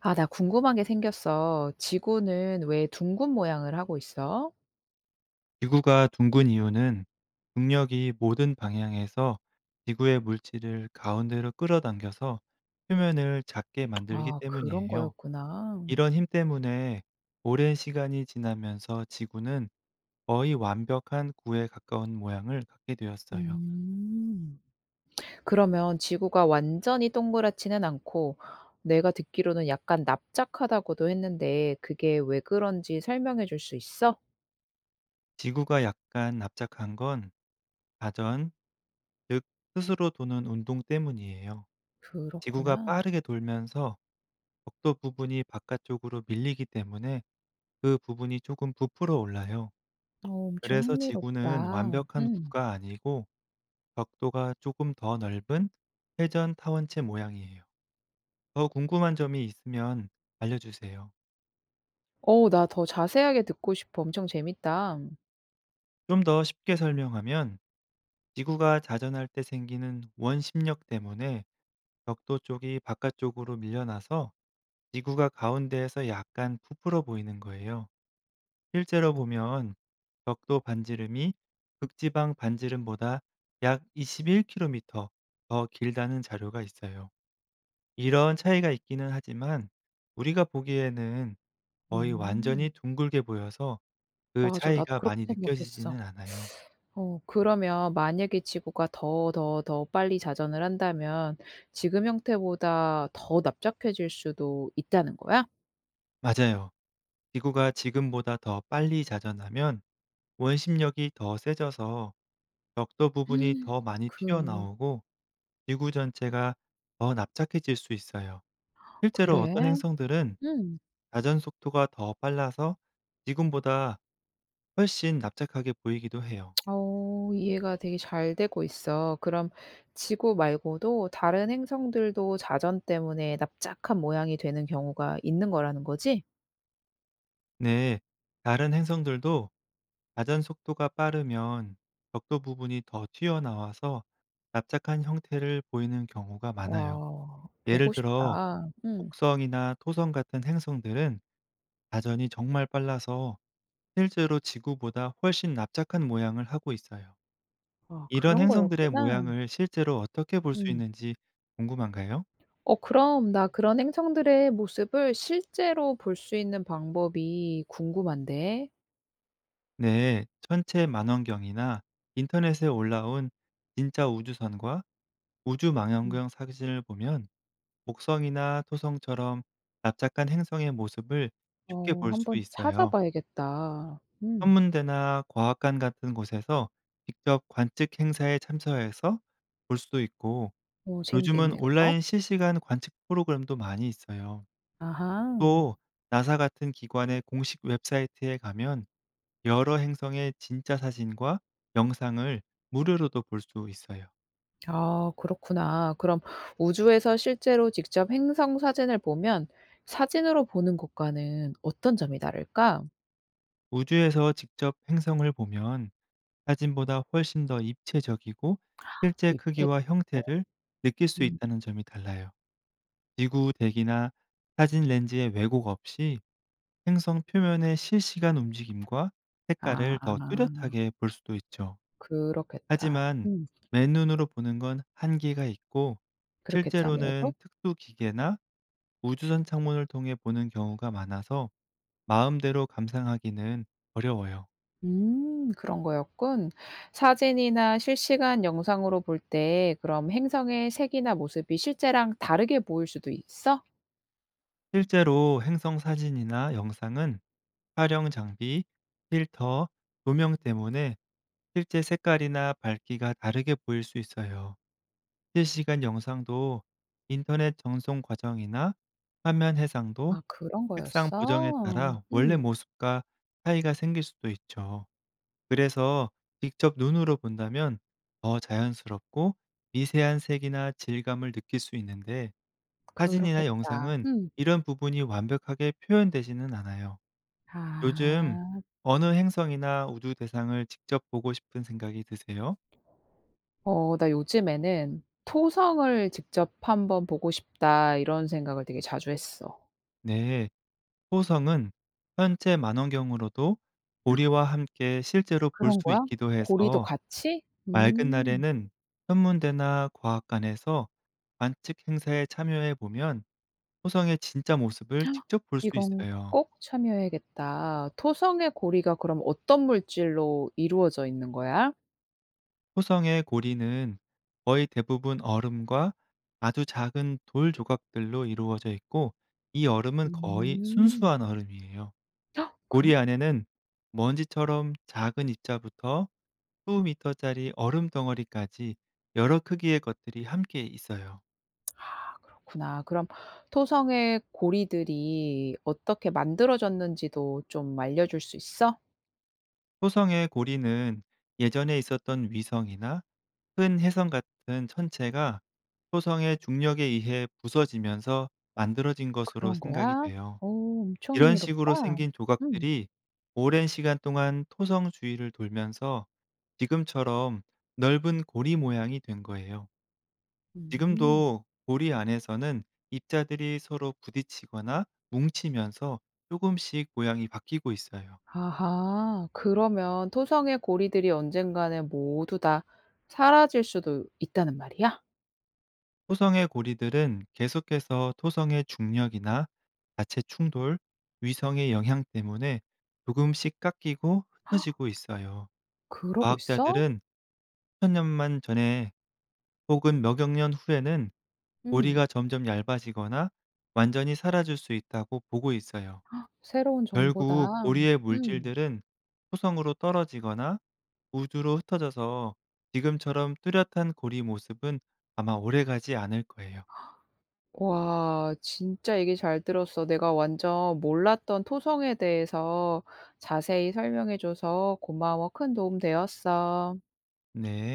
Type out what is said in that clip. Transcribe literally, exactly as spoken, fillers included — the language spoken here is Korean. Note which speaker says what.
Speaker 1: 아, 나 궁금한 게 생겼어. 지구는 왜 둥근 모양을 하고 있어?
Speaker 2: 지구가 둥근 이유는 중력이 모든 방향에서 지구의 물질을 가운데로 끌어당겨서 표면을 작게 만들기
Speaker 1: 아, 그런
Speaker 2: 때문이에요.
Speaker 1: 거였구나.
Speaker 2: 이런 힘 때문에 오랜 시간이 지나면서 지구는 거의 완벽한 구에 가까운 모양을 갖게 되었어요.
Speaker 1: 음, 그러면 지구가 완전히 동그랗지는 않고, 내가 듣기로는 약간 납작하다고도 했는데, 그게 왜 그런지 설명해 줄 수 있어?
Speaker 2: 지구가 약간 납작한 건 자전, 즉 스스로 도는 운동 때문이에요. 지구가
Speaker 1: 그렇구나.
Speaker 2: 빠르게 돌면서 적도 부분이 바깥쪽으로 밀리기 때문에 그 부분이 조금 부풀어 올라요.
Speaker 1: 어, 엄청
Speaker 2: 그래서 지구는
Speaker 1: 흥미롭다.
Speaker 2: 완벽한
Speaker 1: 음.
Speaker 2: 구가 아니고 벽도가 조금 더 넓은 회전 타원체 모양이에요. 더 궁금한 점이 있으면 알려주세요.
Speaker 1: 어, 나 더 자세하게 듣고 싶어. 엄청 재밌다.
Speaker 2: 좀 더 쉽게 설명하면 지구가 자전할 때 생기는 원심력 때문에 벽도 쪽이 바깥쪽으로 밀려나서 지구가 가운데에서 약간 부풀어 보이는 거예요. 실제로 보면 벽도 반지름이 극지방 반지름보다 약 이십일 킬로미터 더 길다는 자료가 있어요. 이런 차이가 있기는 하지만 우리가 보기에는 거의 완전히
Speaker 1: 음.
Speaker 2: 둥글게 보여서 그
Speaker 1: 맞아, 나도
Speaker 2: 차이가
Speaker 1: 그렇게
Speaker 2: 많이
Speaker 1: 생각했어.
Speaker 2: 느껴지지는 않아요.
Speaker 1: 어 그러면 만약에 지구가 더, 더, 더 빨리 자전을 한다면 지금 형태보다 더 납작해질 수도 있다는 거야?
Speaker 2: 맞아요. 지구가 지금보다 더 빨리 자전하면 원심력이 더 세져서 벽도 부분이
Speaker 1: 음,
Speaker 2: 더 많이
Speaker 1: 그
Speaker 2: 튀어나오고 지구 전체가 더 납작해질 수 있어요. 실제로
Speaker 1: 그래?
Speaker 2: 어떤 행성들은
Speaker 1: 음.
Speaker 2: 자전 속도가 더 빨라서 지금보다 훨씬 납작하게 보이기도 해요.
Speaker 1: 어 이해가 되게 잘 되고 있어. 그럼 지구 말고도 다른 행성들도 자전 때문에 납작한 모양이 되는 경우가 있는 거라는 거지?
Speaker 2: 네, 다른 행성들도 가전 속도가 빠르면 벽도 부분이 더 튀어나와서 납작한 형태를 보이는 경우가 많아요.
Speaker 1: 와
Speaker 2: 예를
Speaker 1: 보고
Speaker 2: 들어
Speaker 1: 싶다. 음.
Speaker 2: 곡성이나 토성 같은 행성들은 가전이 정말 빨라서 실제로 지구보다 훨씬 납작한 모양을 하고 있어요.
Speaker 1: 아
Speaker 2: 이런
Speaker 1: 그런
Speaker 2: 행성들의
Speaker 1: 거였구나.
Speaker 2: 모양을 실제로 어떻게 볼 수
Speaker 1: 음.
Speaker 2: 있는지 궁금한가요?
Speaker 1: 어 그럼 나 그런 행성들의 모습을 실제로 볼 수 있는 방법이 궁금한데.
Speaker 2: 네, 천체 만원경이나 인터넷에 올라온 진짜 우주선과 우주
Speaker 1: 음.
Speaker 2: 망원경 사진을 보면 목성이나 토성처럼 납작한 행성의 모습을 쉽게
Speaker 1: 어
Speaker 2: 볼 수
Speaker 1: 한번
Speaker 2: 있어요.
Speaker 1: 찾아봐야겠다. 음.
Speaker 2: 천문대나 과학관 같은 곳에서 직접 관측 행사에 참석해서 볼 수도 있고,
Speaker 1: 어
Speaker 2: 요즘은
Speaker 1: 재밌겠네 그거.
Speaker 2: 온라인 실시간 관측 프로그램도 많이 있어요.
Speaker 1: 아하.
Speaker 2: 또 나사 같은 기관의 공식 웹사이트에 가면 여러 행성의 진짜 사진과 영상을 무료로도 볼 수 있어요.
Speaker 1: 아 그렇구나. 그럼 우주에서 실제로 직접 행성 사진을 보면 사진으로 보는 것과는 어떤 점이 다를까?
Speaker 2: 우주에서 직접 행성을 보면 사진보다 훨씬 더 입체적이고 실제
Speaker 1: 입체.
Speaker 2: 크기와 형태를 느낄 수
Speaker 1: 음.
Speaker 2: 있다는 점이 달라요. 지구 대기나 사진 렌즈의 왜곡 없이 행성 표면의 실시간 움직임과 색깔을 더
Speaker 1: 아
Speaker 2: 뚜렷하게 볼 수도 있죠.
Speaker 1: 그렇겠다.
Speaker 2: 하지만
Speaker 1: 음.
Speaker 2: 맨눈으로 보는 건 한계가 있고
Speaker 1: 그렇겠지 아무래도.
Speaker 2: 실제로는 특수 기계나 우주선 창문을 통해 보는 경우가 많아서 마음대로 감상하기는 어려워요.
Speaker 1: 음 그런 거였군. 사진이나 실시간 영상으로 볼 때 그럼 행성의 색이나 모습이 실제랑 다르게 보일 수도 있어?
Speaker 2: 실제로 행성 사진이나 영상은 촬영 장비, 필터, 조명 때문에 실제 색깔이나 밝기가 다르게 보일 수 있어요. 실시간 영상도 인터넷 전송 과정이나 화면 해상도,
Speaker 1: 아 그런
Speaker 2: 색상 보정에
Speaker 1: 거였어?
Speaker 2: 따라 원래
Speaker 1: 음
Speaker 2: 모습과 차이가 생길 수도 있죠. 그래서 직접 눈으로 본다면 더 자연스럽고 미세한 색이나 질감을 느낄 수 있는데 사진이나
Speaker 1: 그렇겠다.
Speaker 2: 영상은
Speaker 1: 음.
Speaker 2: 이런 부분이 완벽하게 표현되지는 않아요. 요즘
Speaker 1: 아.
Speaker 2: 어느 행성이나 우주 대상을 직접 보고 싶은 생각이 드세요?
Speaker 1: 어 나 요즘에는 '토성을 직접 한번 보고 싶다.' 이런 생각을 되게 자주 했어.
Speaker 2: 네, 호성은 현재 만원경으로도 우리와 함께 실제로 볼
Speaker 1: 그런
Speaker 2: 수
Speaker 1: 거야?
Speaker 2: 있기도
Speaker 1: 고리도
Speaker 2: 해서
Speaker 1: 같이?
Speaker 2: 맑은
Speaker 1: 음.
Speaker 2: 날에는 현문대나 과학관에서 관측 행사에 참여해 보면 호성의 진짜 모습을 직접 볼 수
Speaker 1: 이건
Speaker 2: 있어요.
Speaker 1: 꼭 참여해야겠다. 토성의 고리가 그럼 어떤 물질로 이루어져 있는 거야?
Speaker 2: 호성의 고리는 거의 대부분 얼음과 아주 작은 돌 조각들로 이루어져 있고 이 얼음은 거의
Speaker 1: 음.
Speaker 2: 순수한 얼음이에요.
Speaker 1: 헉,
Speaker 2: 우리
Speaker 1: 그래?
Speaker 2: 안에는 먼지처럼 작은 입자부터 수 미터짜리 얼음 덩어리까지 여러 크기의 것들이 함께 있어요.
Speaker 1: 아 그렇구나. 그럼 토성의 고리들이 어떻게 만들어졌는지도 좀 알려줄 수 있어?
Speaker 2: 토성의 고리는 예전에 있었던 위성이나 큰 혜성 같은 천체가 토성의 중력에 의해 부서지면서 만들어진 것으로
Speaker 1: 그런
Speaker 2: 생각이
Speaker 1: 거야?
Speaker 2: 돼요.
Speaker 1: 오 엄청
Speaker 2: 이런
Speaker 1: 흥미롭다.
Speaker 2: 식으로 생긴
Speaker 1: 음.
Speaker 2: 조각들이 오랜 시간 동안 토성 주위를 돌면서 지금처럼 넓은 고리 모양이 된 거예요.
Speaker 1: 음.
Speaker 2: 지금도 고리 안에서는 입자들이 서로 부딪히거나 뭉치면서 조금씩 모양이 바뀌고 있어요.
Speaker 1: 아하. 그러면 토성의 고리들이 언젠가는 모두 다 사라질 수도 있다는 말이야?
Speaker 2: 토성의 고리들은 계속해서 토성의 중력이나 자체 충돌, 위성의 영향 때문에 조금씩 깎이고 흩어지고 있어요.
Speaker 1: 그러고 있어?
Speaker 2: 과학자들은 천년만 전에 혹은 몇억 년 후에는
Speaker 1: 음.
Speaker 2: 고리가 점점 얇아지거나 완전히 사라질 수 있다고 보고 있어요.
Speaker 1: 새로운
Speaker 2: 결국
Speaker 1: 정보다.
Speaker 2: 고리의
Speaker 1: 음.
Speaker 2: 물질들은 토성으로 떨어지거나 우주로 흩어져서 지금처럼 뚜렷한 고리 모습은 아마 오래가지 않을 거예요.
Speaker 1: 와 진짜 얘기 잘 들었어. 내가 완전 몰랐던 토성에 대해서 자세히 설명해 줘서 고마워. 큰 도움 되었어.
Speaker 2: 네.